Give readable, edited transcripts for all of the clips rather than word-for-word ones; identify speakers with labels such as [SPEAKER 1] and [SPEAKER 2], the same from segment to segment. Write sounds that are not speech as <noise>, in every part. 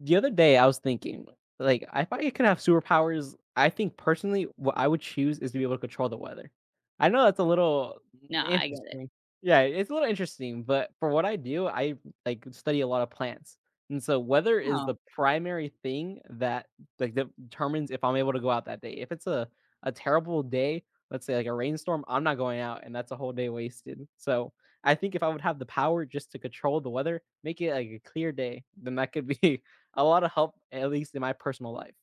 [SPEAKER 1] The other day I was thinking, if I could have superpowers, I think personally what I would choose is to be able to control the weather. I know that's a little
[SPEAKER 2] No, I get it.
[SPEAKER 1] interesting. Yeah, it's a little interesting, but for what I do, I study a lot of plants. And so weather is the
[SPEAKER 2] No,
[SPEAKER 1] primary thing that determines if I'm able to go out that day. If it's a terrible day, let's say like a rainstorm, I'm not going out and that's a whole day wasted. So I think if I would have the power just to control the weather, make it like a clear day, then that could be a lot of help, at least in my personal life.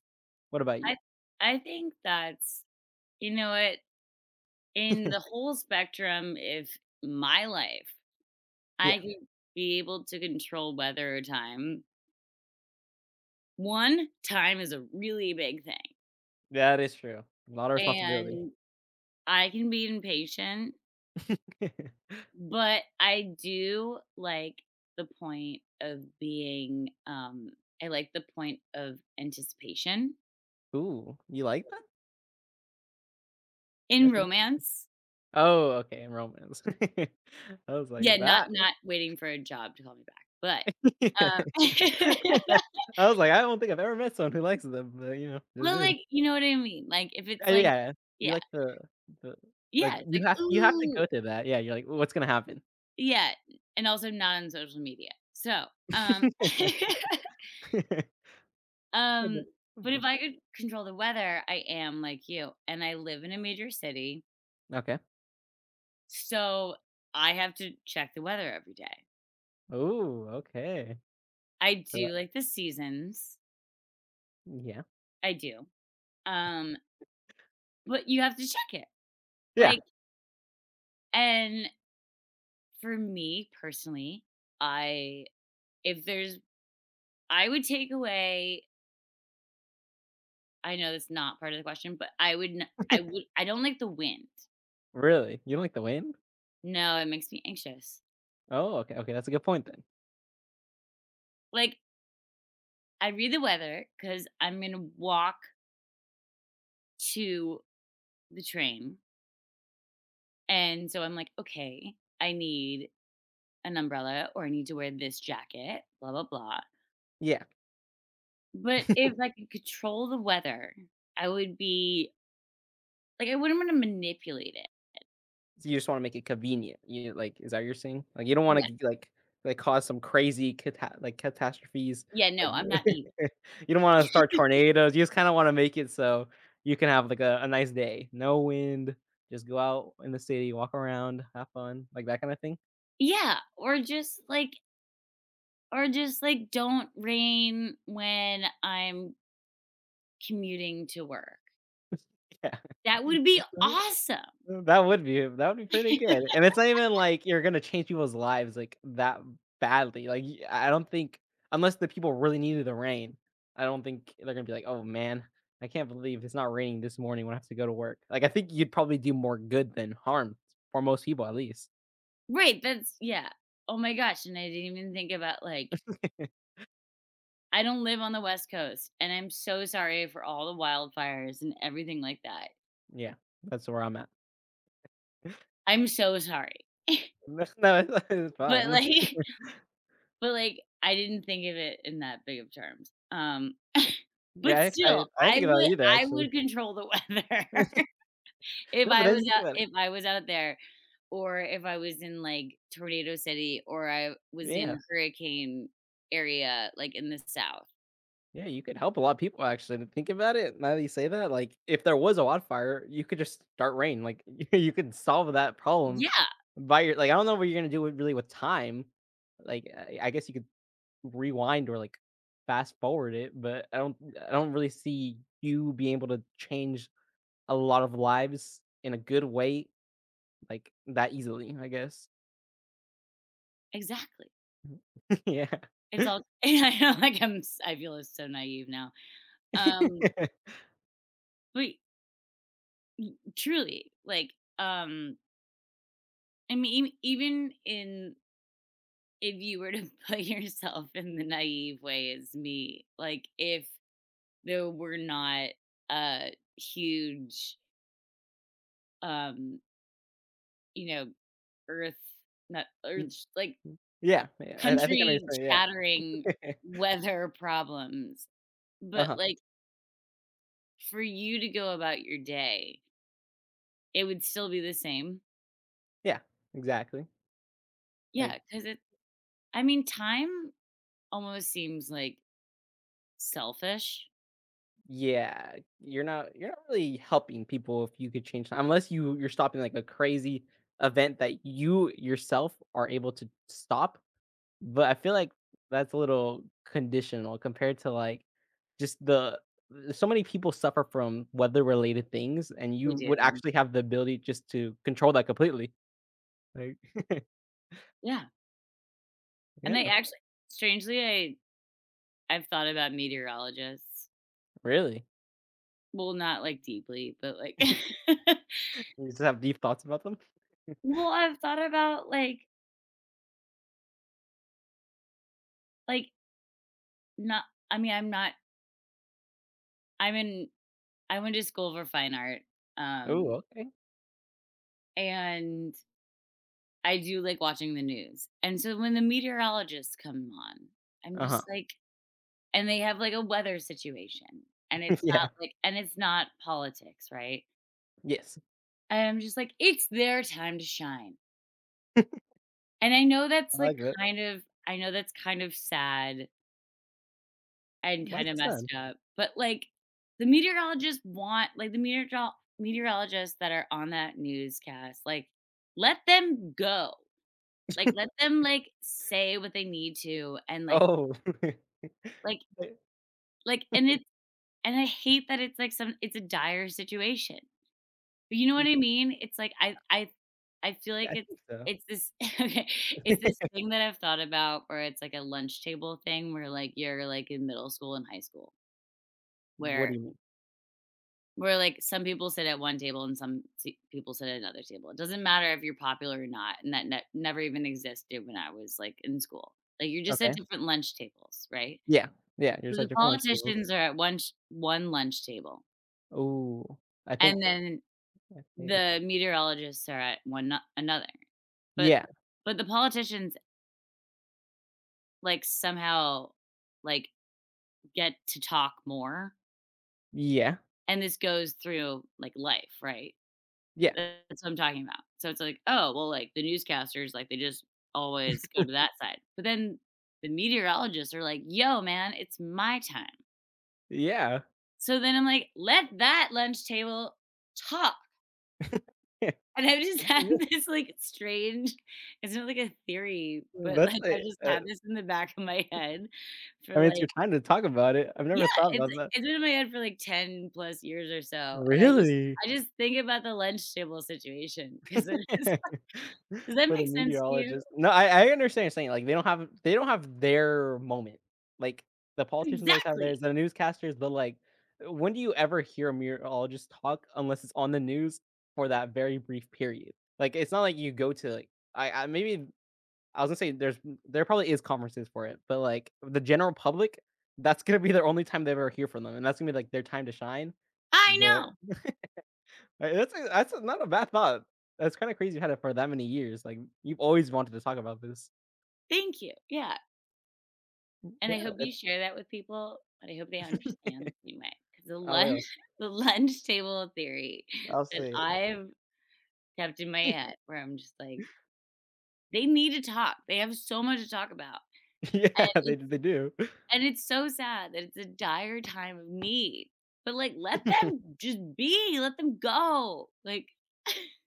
[SPEAKER 1] What about you?
[SPEAKER 2] I I think that's you know what, in the whole spectrum, if my life,
[SPEAKER 1] Yeah,
[SPEAKER 2] I could be able to control weather or time. 1, time is a really big thing,
[SPEAKER 1] that is true. A lot of responsibility.
[SPEAKER 2] and I can be impatient,
[SPEAKER 1] <laughs>
[SPEAKER 2] but I do like the point of being, I like the point of anticipation
[SPEAKER 1] Ooh, you like that?
[SPEAKER 2] in
[SPEAKER 1] That's interesting.
[SPEAKER 2] romance.
[SPEAKER 1] Oh, okay, in romance. <laughs> I was like,
[SPEAKER 2] Yeah, not
[SPEAKER 1] that?
[SPEAKER 2] not waiting for a job to call me back, but,
[SPEAKER 1] <laughs> Yeah.
[SPEAKER 2] um <laughs>
[SPEAKER 1] <laughs> I was like, I don't think I've ever met someone who likes them, but just
[SPEAKER 2] Well,
[SPEAKER 1] did.
[SPEAKER 2] like, you know what I mean? Like, if it's like
[SPEAKER 1] Yeah, you
[SPEAKER 2] yeah,
[SPEAKER 1] like the like
[SPEAKER 2] yeah, it's
[SPEAKER 1] you
[SPEAKER 2] like,
[SPEAKER 1] have you have to go
[SPEAKER 2] "Ooh."
[SPEAKER 1] to that. Yeah, you're like, what's gonna happen?
[SPEAKER 2] Yeah, and also not on social media. So, um
[SPEAKER 1] <laughs>
[SPEAKER 2] <laughs>
[SPEAKER 1] Yeah. <laughs> For the
[SPEAKER 2] um,
[SPEAKER 1] for the
[SPEAKER 2] but if
[SPEAKER 1] most
[SPEAKER 2] I could control the weather, I am like you, and I live in a major city,
[SPEAKER 1] part. Okay.
[SPEAKER 2] so I have to check the weather every day.
[SPEAKER 1] Ooh, okay.
[SPEAKER 2] I
[SPEAKER 1] So that
[SPEAKER 2] do like the seasons,
[SPEAKER 1] yeah.
[SPEAKER 2] I do, um, but you have to check it,
[SPEAKER 1] Yeah.
[SPEAKER 2] like, and For me personally, I if there's I would take away. I know that's not part of the question, but I would n I would I don't like the wind.
[SPEAKER 1] Really? You don't like the wind?
[SPEAKER 2] No, it makes me anxious.
[SPEAKER 1] Oh, okay, okay, that's a good point then.
[SPEAKER 2] Like, I read the weather because I 'cause I'm gonna walk to the train, and so I'm like, "Okay, I need an umbrella or I need to wear this jacket, blah, blah, blah."
[SPEAKER 1] Yeah,
[SPEAKER 2] But if I could control the weather, I would be like, I wouldn't wanna manipulate it.
[SPEAKER 1] so you just wanna make it convenient, you like, is that what you're saying? Like, you don't wanna
[SPEAKER 2] Yeah.
[SPEAKER 1] like, cause some crazy cata like, catastrophes,
[SPEAKER 2] Yeah,
[SPEAKER 1] like
[SPEAKER 2] no, I'm not
[SPEAKER 1] <laughs>
[SPEAKER 2] evil.
[SPEAKER 1] you don't wanna start tornadoes, you just kinda wanna make it so you can have, like, a nice day. No wind, just go out in the city, walk around, have fun, like, that kinda thing?
[SPEAKER 2] Yeah, or just like don't rain when I'm commuting to work.
[SPEAKER 1] <laughs> Yeah.
[SPEAKER 2] That
[SPEAKER 1] <laughs>
[SPEAKER 2] would be
[SPEAKER 1] Just that.
[SPEAKER 2] awesome.
[SPEAKER 1] That would be pretty
[SPEAKER 2] <laughs>
[SPEAKER 1] good, and it's not even like you're gonna change people's lives, like, that badly, like, y I don't think unless the people really needed the rain, I don't think they're gonna be like, "Oh, man, I can't believe it's not raining this morning when I have to go to work." Like, I think you'd probably do more good than harm for most people at least.
[SPEAKER 2] Right, that's, yeah. Oh my gosh, and I didn't even think about like,
[SPEAKER 1] <laughs>
[SPEAKER 2] I don't live on the West Coast, and I'm so sorry for all the wildfires and everything like that.
[SPEAKER 1] Yeah, that's where I'm at. <laughs>
[SPEAKER 2] I'm so sorry.
[SPEAKER 1] No, it's
[SPEAKER 2] But
[SPEAKER 1] fine.
[SPEAKER 2] like <laughs> but like I didn't think of it in that big of terms. <laughs> But
[SPEAKER 1] Yeah, actually, I
[SPEAKER 2] still,
[SPEAKER 1] I didn't
[SPEAKER 2] I
[SPEAKER 1] think about
[SPEAKER 2] would
[SPEAKER 1] it either,
[SPEAKER 2] I
[SPEAKER 1] actually.
[SPEAKER 2] would control the weather.
[SPEAKER 1] <laughs>
[SPEAKER 2] <laughs> If
[SPEAKER 1] No, but
[SPEAKER 2] I
[SPEAKER 1] then
[SPEAKER 2] was
[SPEAKER 1] you think
[SPEAKER 2] out
[SPEAKER 1] about it.
[SPEAKER 2] if I was out there or if I was in, like, Tornado City, or I was in
[SPEAKER 1] Yeah.
[SPEAKER 2] hurricane area, like, in the South.
[SPEAKER 1] Yeah, you could help a lot of people actually to think about it. Now that you say that, like if there was a wildfire, you could just start rain. Like <laughs> you could solve that problem
[SPEAKER 2] Yeah,
[SPEAKER 1] by your like I don't know what you're gonna do with, really with time. Like I guess you could rewind or like fast forward it, but I don't really see you being able to change a lot of lives in a good way like that easily. I guess.
[SPEAKER 2] exactly.
[SPEAKER 1] <laughs> Yeah.
[SPEAKER 2] It's all <laughs> I know, like, I feel so naive now.
[SPEAKER 1] <laughs>
[SPEAKER 2] Um, but truly, like, um, I mean, even in if you were to <laughs> put yourself in the naive way as me, like, if there were not a huge, um, you know, earth not
[SPEAKER 1] Y-
[SPEAKER 2] earth like,
[SPEAKER 1] yeah. Yeah. I think I understand. Yeah.
[SPEAKER 2] country-shattering
[SPEAKER 1] <laughs>
[SPEAKER 2] weather problems,
[SPEAKER 1] Uh
[SPEAKER 2] but,
[SPEAKER 1] huh.
[SPEAKER 2] like, for you to go about your day, it would still be the same.
[SPEAKER 1] Yeah. Exactly. Like
[SPEAKER 2] Yeah, because it I mean, time almost seems, like, selfish.
[SPEAKER 1] Yeah, you're not really helping people if you could change that, unless you're stopping like a crazy event that you yourself are able to stop, but I feel like that's a little conditional compared to like just the so many people suffer from weather related things and you
[SPEAKER 2] They
[SPEAKER 1] would
[SPEAKER 2] do.
[SPEAKER 1] actually have the ability just to control that completely. Like <laughs>
[SPEAKER 2] Yeah, and they
[SPEAKER 1] yeah,
[SPEAKER 2] actually strangely, I've thought about meteorologists.
[SPEAKER 1] really.
[SPEAKER 2] Well, not, like, deeply, but, like <laughs>
[SPEAKER 1] You just have deep thoughts about them?
[SPEAKER 2] well, I've thought about, like, not I mean, I'm not I'm in I went to school for fine art,
[SPEAKER 1] Oh,
[SPEAKER 2] um,
[SPEAKER 1] okay.
[SPEAKER 2] and I do like watching the news, and so when the meteorologists come on, I'm
[SPEAKER 1] Uh-huh.
[SPEAKER 2] just like, and they have, like, a weather situation, and
[SPEAKER 1] <laughs>
[SPEAKER 2] it's
[SPEAKER 1] Yeah.
[SPEAKER 2] not, like and it's not politics, right?
[SPEAKER 1] Yes.
[SPEAKER 2] And I'm just like, "It's their time to shine," and I know
[SPEAKER 1] I
[SPEAKER 2] that's,
[SPEAKER 1] like
[SPEAKER 2] like,
[SPEAKER 1] that.
[SPEAKER 2] kind of I know that's kind of sad and
[SPEAKER 1] Why
[SPEAKER 2] kinda
[SPEAKER 1] is that
[SPEAKER 2] messed up, but, like, the meteorologists that are on that newscast, like, let them go. Like,
[SPEAKER 1] sad? <laughs>
[SPEAKER 2] let them, like, say what they need to, and,
[SPEAKER 1] Oh.
[SPEAKER 2] like
[SPEAKER 1] <laughs> But
[SPEAKER 2] like and it's and I hate that it's, like, some it's a dire situation. But you know
[SPEAKER 1] Yeah,
[SPEAKER 2] what I mean? It's, like, I feel like
[SPEAKER 1] I think so.
[SPEAKER 2] it's this <laughs> okay, it's this
[SPEAKER 1] <laughs>
[SPEAKER 2] thing that I've thought about where it's, like, a lunch table thing where, like, you're, like, in middle school and high school
[SPEAKER 1] What do
[SPEAKER 2] where
[SPEAKER 1] you mean?
[SPEAKER 2] where, like, some people sit at one table and some se people sit at another table. It doesn't matter if you're popular or not, and that ne never even existed when I was, like, in school. Like, you're just at
[SPEAKER 1] Okay.
[SPEAKER 2] different lunch tables, right?
[SPEAKER 1] Yeah. Yeah, you're
[SPEAKER 2] So the
[SPEAKER 1] such a lunch tables.
[SPEAKER 2] politicians are at one lunch table,
[SPEAKER 1] Oh, <laughs> I think
[SPEAKER 2] and then
[SPEAKER 1] I think
[SPEAKER 2] the meteorologists are at one no another. But
[SPEAKER 1] yeah.
[SPEAKER 2] but the politicians, like, somehow, like, get to talk more,
[SPEAKER 1] Yeah.
[SPEAKER 2] and this goes through, like, life, right?
[SPEAKER 1] Yeah.
[SPEAKER 2] That's what I'm talking about. So it's like, "Oh, well, like, the newscasters, like, they just always go to that side." But then the meteorologists are like, "Yo, man, it's my time."
[SPEAKER 1] Yeah.
[SPEAKER 2] So then I'm like, "Let that lunch table talk." And
[SPEAKER 1] <laughs>
[SPEAKER 2] I've just had <laughs> this, like, strange it's not like a theory, but,
[SPEAKER 1] That's
[SPEAKER 2] like,
[SPEAKER 1] a
[SPEAKER 2] I've just had this in the back of my head
[SPEAKER 1] I
[SPEAKER 2] for,
[SPEAKER 1] mean, it's
[SPEAKER 2] like
[SPEAKER 1] your time to talk about it. I've
[SPEAKER 2] yeah,
[SPEAKER 1] never thought
[SPEAKER 2] it's
[SPEAKER 1] about that.
[SPEAKER 2] it's been in my head for, like, 10 plus years or so, and I just
[SPEAKER 1] Really?
[SPEAKER 2] I just think about the lunch table situation 'cause it <laughs> is
[SPEAKER 1] <laughs>
[SPEAKER 2] does that
[SPEAKER 1] For the
[SPEAKER 2] make sense to you?
[SPEAKER 1] meteorologist. No, I understand you're saying, like, they don't have their moment. Like, the politicians always have theirs,
[SPEAKER 2] Exactly.
[SPEAKER 1] the newscasters, but, like, when do you ever hear a meteorologist talk unless it's on the news for that very brief period? Like, it's not like you go to, like I maybe I was gonna say there probably is conferences for it, but, like, the general public, that's gonna be their only time they ever hear from them, and that's gonna be, like, their time to shine.
[SPEAKER 2] I know.
[SPEAKER 1] Hey, that's a not a bad thought. That's kinda crazy you had it for that many years, like, you've always wanted to talk about this.
[SPEAKER 2] Thank you. Yeah, and
[SPEAKER 1] Yeah,
[SPEAKER 2] I hope
[SPEAKER 1] it
[SPEAKER 2] you share that with people, but I hope they understand anyway, 'cause the
[SPEAKER 1] I
[SPEAKER 2] lunch
[SPEAKER 1] will.
[SPEAKER 2] <laughs> the lunch table theory
[SPEAKER 1] I'll
[SPEAKER 2] that
[SPEAKER 1] say
[SPEAKER 2] I've kept in my
[SPEAKER 1] it.
[SPEAKER 2] head where I'm just like they need to talk. They have so much to talk about,
[SPEAKER 1] <laughs> Yeah,
[SPEAKER 2] and it's
[SPEAKER 1] they do.
[SPEAKER 2] and it's so sad that it's a dire time of need, but, like, let
[SPEAKER 1] <laughs>
[SPEAKER 2] them just be, let them go, like <laughs>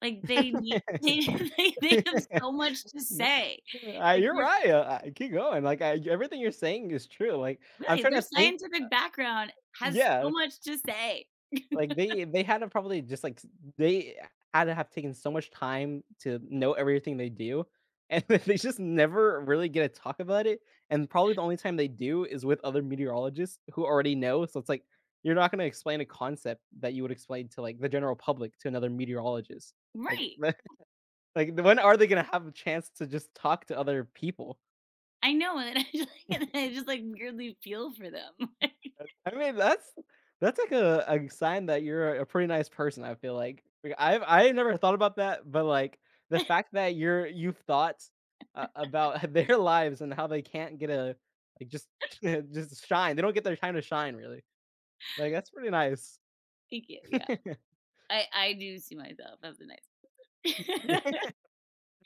[SPEAKER 2] like, they need <laughs> they have so much to
[SPEAKER 1] N
[SPEAKER 2] say, like,
[SPEAKER 1] You're
[SPEAKER 2] they're
[SPEAKER 1] right, I keep going, like, I everything you're saying is true, like, I'm
[SPEAKER 2] really,
[SPEAKER 1] trying
[SPEAKER 2] their
[SPEAKER 1] to think.
[SPEAKER 2] scientific background has
[SPEAKER 1] Yeah.
[SPEAKER 2] so much to say. <laughs>
[SPEAKER 1] Like, they had to probably just, like, they had to have taken so much time to know everything they do, and <laughs> they just never really get to talk about it, and probably the only time they do is with other meteorologists who already know, so it's like, you're not gonna explain a concept that you would explain to, like, the general public to another meteorologist. Like,
[SPEAKER 2] Right.
[SPEAKER 1] <laughs> like, when are they gonna have a chance to just talk to other people?
[SPEAKER 2] I know, and <laughs> I just, like, weirdly feel for them. <laughs>
[SPEAKER 1] I mean, that's like a sign that you're a pretty nice person. I feel like, I never thought about that, but like the fact that you've thought about <laughs> their lives and how they can't get a like just <laughs> just shine. They don't get their time to shine really. Like that's pretty nice.
[SPEAKER 2] Thank you, yeah.
[SPEAKER 1] <laughs>
[SPEAKER 2] I do see myself as a nice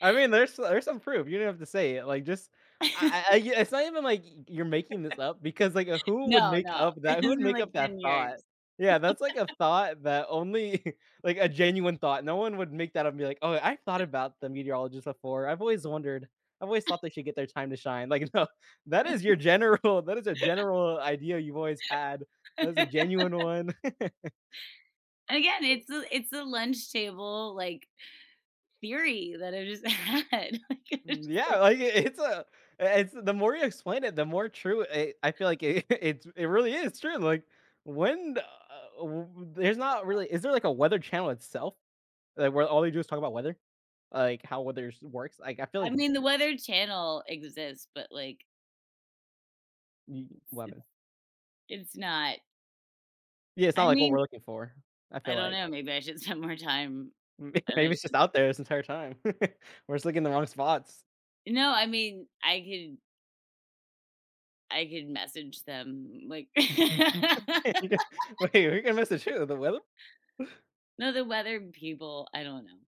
[SPEAKER 1] I mean, there's some proof. You don't have to say it. Like, just
[SPEAKER 2] <laughs>
[SPEAKER 1] yeah, it's not even like you're making this up because like who would
[SPEAKER 2] No,
[SPEAKER 1] make
[SPEAKER 2] no.
[SPEAKER 1] up
[SPEAKER 2] <laughs>
[SPEAKER 1] that?
[SPEAKER 2] It's
[SPEAKER 1] Who would
[SPEAKER 2] been
[SPEAKER 1] make
[SPEAKER 2] like
[SPEAKER 1] up that
[SPEAKER 2] 10
[SPEAKER 1] thought?
[SPEAKER 2] years.
[SPEAKER 1] Yeah, that's like a thought that only <laughs> like a genuine thought. No one would make that up and be like, "Oh, I've thought about the meteorologist before. I've always wondered. I've always thought they should get their time to shine." Like, no, <laughs> that is your general. That is a general idea you've always had. That is a
[SPEAKER 2] <laughs>
[SPEAKER 1] genuine one.
[SPEAKER 2] And again, it's the lunch table, like, theory that I just <laughs> had. <laughs> Like, I
[SPEAKER 1] Mm,
[SPEAKER 2] just
[SPEAKER 1] yeah, like it's a it's the more you explain it, the more true it, I feel like it <laughs> it's it really is true. Like when there's not really is there like a weather channel itself like where all they do is talk about weather, like how weather works. Like I feel
[SPEAKER 2] I
[SPEAKER 1] like
[SPEAKER 2] mean, the Weather Channel exists, but, like, it's
[SPEAKER 1] weapon.
[SPEAKER 2] it's it's not
[SPEAKER 1] Yeah, it's not
[SPEAKER 2] I
[SPEAKER 1] like what we're
[SPEAKER 2] mean,
[SPEAKER 1] looking for. I feel
[SPEAKER 2] I don't
[SPEAKER 1] like
[SPEAKER 2] know, maybe I should <laughs> spend more time
[SPEAKER 1] <laughs>
[SPEAKER 2] and I
[SPEAKER 1] maybe it's just
[SPEAKER 2] should
[SPEAKER 1] out there this entire time. <laughs> We're just looking in the wrong spots.
[SPEAKER 2] No, I mean, I could message them, like <laughs>
[SPEAKER 1] <laughs> Wait, we're gonna miss the truth. The weather.
[SPEAKER 2] no, the weather people, I don't know.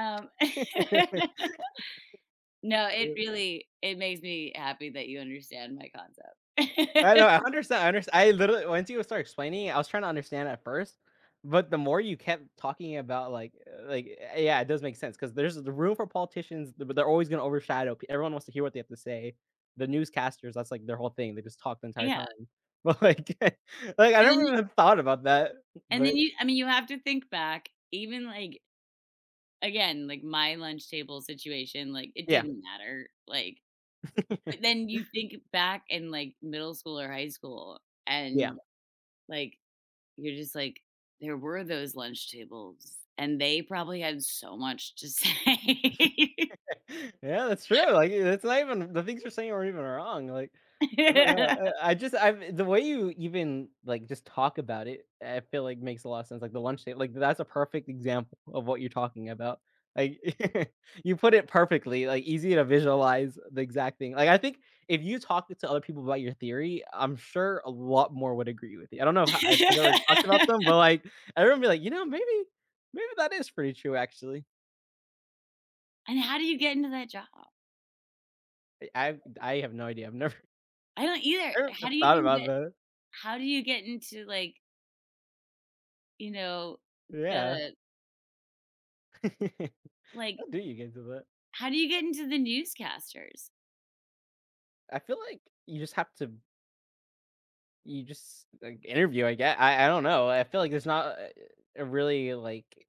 [SPEAKER 2] Um <laughs> No, it
[SPEAKER 1] <laughs>
[SPEAKER 2] really it makes me happy that you understand my
[SPEAKER 1] I
[SPEAKER 2] concept.
[SPEAKER 1] know,
[SPEAKER 2] <laughs>
[SPEAKER 1] I understand. I literally once you start explaining it, I was trying to understand at first, but the more you kept talking about like yeah, it does make sense because there's the room for politicians, but they're always gonna overshadow. Everyone wants to hear what they have to say. The newscasters, that's like their whole thing. They just talk the entire
[SPEAKER 2] Yeah,
[SPEAKER 1] time. <laughs> But like, <laughs> like I
[SPEAKER 2] and then
[SPEAKER 1] never
[SPEAKER 2] you
[SPEAKER 1] even thought about that.
[SPEAKER 2] and
[SPEAKER 1] But
[SPEAKER 2] then you I mean, you have to think back, even, like, again, like, my lunch table situation, like, it
[SPEAKER 1] yeah,
[SPEAKER 2] didn't matter, like but
[SPEAKER 1] <laughs>
[SPEAKER 2] then you think back in, like, middle school or high school,
[SPEAKER 1] yeah.
[SPEAKER 2] and, like, you're just like, "There were those lunch tables, and they probably had so much to say."
[SPEAKER 1] Yeah, that's true. Like, that's not even the things you're saying aren't even wrong. Like, I don't know. I just I the way you even like just talk about it, I feel like makes a lot of sense. Like the lunch table, like that's a perfect example of what you're talking about. Like <laughs> you put it perfectly, like easy to visualize the exact thing. Like I think if you talk to other people about your theory, I'm sure a lot more would agree with you. I don't know how, if you have ever talked about
[SPEAKER 2] <laughs> <laughs>
[SPEAKER 1] them, but like everyone be like, you know, maybe maybe that is pretty true actually.
[SPEAKER 2] And how do you get into that job?
[SPEAKER 1] I have no idea.
[SPEAKER 2] I don't either.
[SPEAKER 1] I
[SPEAKER 2] How
[SPEAKER 1] never
[SPEAKER 2] do you
[SPEAKER 1] thought
[SPEAKER 2] even <laughs>
[SPEAKER 1] about
[SPEAKER 2] get
[SPEAKER 1] that.
[SPEAKER 2] how do you get into, like, you know,
[SPEAKER 1] Yeah.
[SPEAKER 2] the
[SPEAKER 1] <laughs> How
[SPEAKER 2] like,
[SPEAKER 1] do you get to that?
[SPEAKER 2] how do you get into the newscasters?
[SPEAKER 1] I feel like you just have to you just, like, interview, I don't know. I feel like there's not a really, like,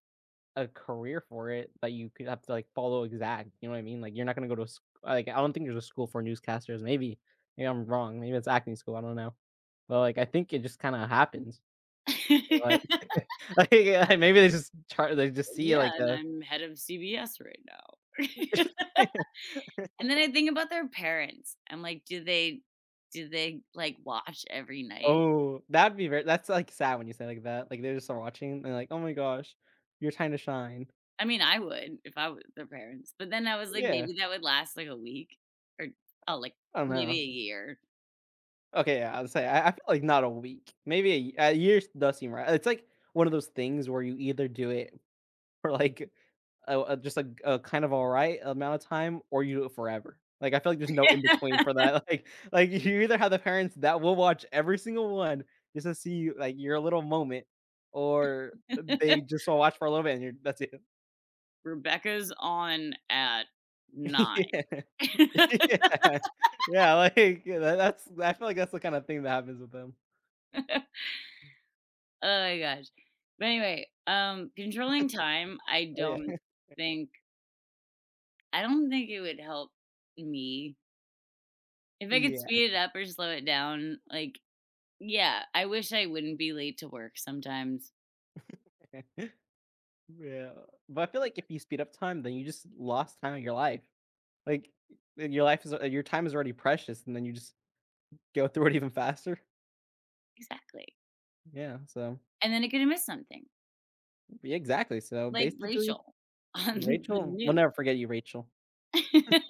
[SPEAKER 1] a career for it that you could have to, like, follow exact, you know what I mean? Like, you're not gonna go to sch like, I don't think there's a school for newscasters. Maybe maybe I'm wrong. Maybe it's acting school, I don't know. But, like, I think it just kinda happens. Like
[SPEAKER 2] <laughs>
[SPEAKER 1] <laughs> like, yeah, maybe they just see, like,
[SPEAKER 2] "Yeah, and
[SPEAKER 1] a
[SPEAKER 2] I'm head of CBS right now." <laughs>
[SPEAKER 1] <laughs>
[SPEAKER 2] And then I think about their parents. I'm like, "Do they, like, watch every night?"
[SPEAKER 1] Oh, that'd be very that's, like, sad when you say it like that, like, they're just watching and they're like, "Oh my gosh, your time to shine."
[SPEAKER 2] I mean, I would if I was their parents, but then I was like,
[SPEAKER 1] Yeah,
[SPEAKER 2] maybe that would last, like, a week or oh, like,
[SPEAKER 1] I don't know.
[SPEAKER 2] maybe a year.
[SPEAKER 1] Okay, yeah, I'll say I feel like not a week, maybe a a year does seem right. It's like one of those things where you either do it for like a just a kind of alright amount of time or you do it forever. Like, I feel like there's no in between for that, <laughs> like, you either have the parents that will watch every single one just to see, like, your little moment, or
[SPEAKER 2] <laughs>
[SPEAKER 1] they just will watch for a little bit and you're that's it.
[SPEAKER 2] "Rebecca's on at
[SPEAKER 1] <laughs> Yeah.
[SPEAKER 2] 9." <laughs>
[SPEAKER 1] <laughs> Yeah. Yeah, like, yeah, that's I feel like that's the kind of thing that happens with them.
[SPEAKER 2] Oh my gosh. But anyway, controlling time,
[SPEAKER 1] Oh, yeah. <laughs>
[SPEAKER 2] think I don't think it would help me. If I could
[SPEAKER 1] Yeah.
[SPEAKER 2] speed it up or slow it down, like, yeah, I wish I wouldn't be late to work sometimes.
[SPEAKER 1] <laughs> Yeah. But I feel
[SPEAKER 2] Y-
[SPEAKER 1] like if you speed up time, then you just lost time of your life. Like, and your life is your time is already precious, and then you just go through it even faster.
[SPEAKER 2] exactly.
[SPEAKER 1] Yeah, so
[SPEAKER 2] And then I could have missed something,
[SPEAKER 1] yeah, exactly. So,
[SPEAKER 2] like
[SPEAKER 1] basically,
[SPEAKER 2] Rachel on <laughs> the
[SPEAKER 1] Rachel we'll
[SPEAKER 2] news.
[SPEAKER 1] never forget you, Rachel.
[SPEAKER 2] <laughs>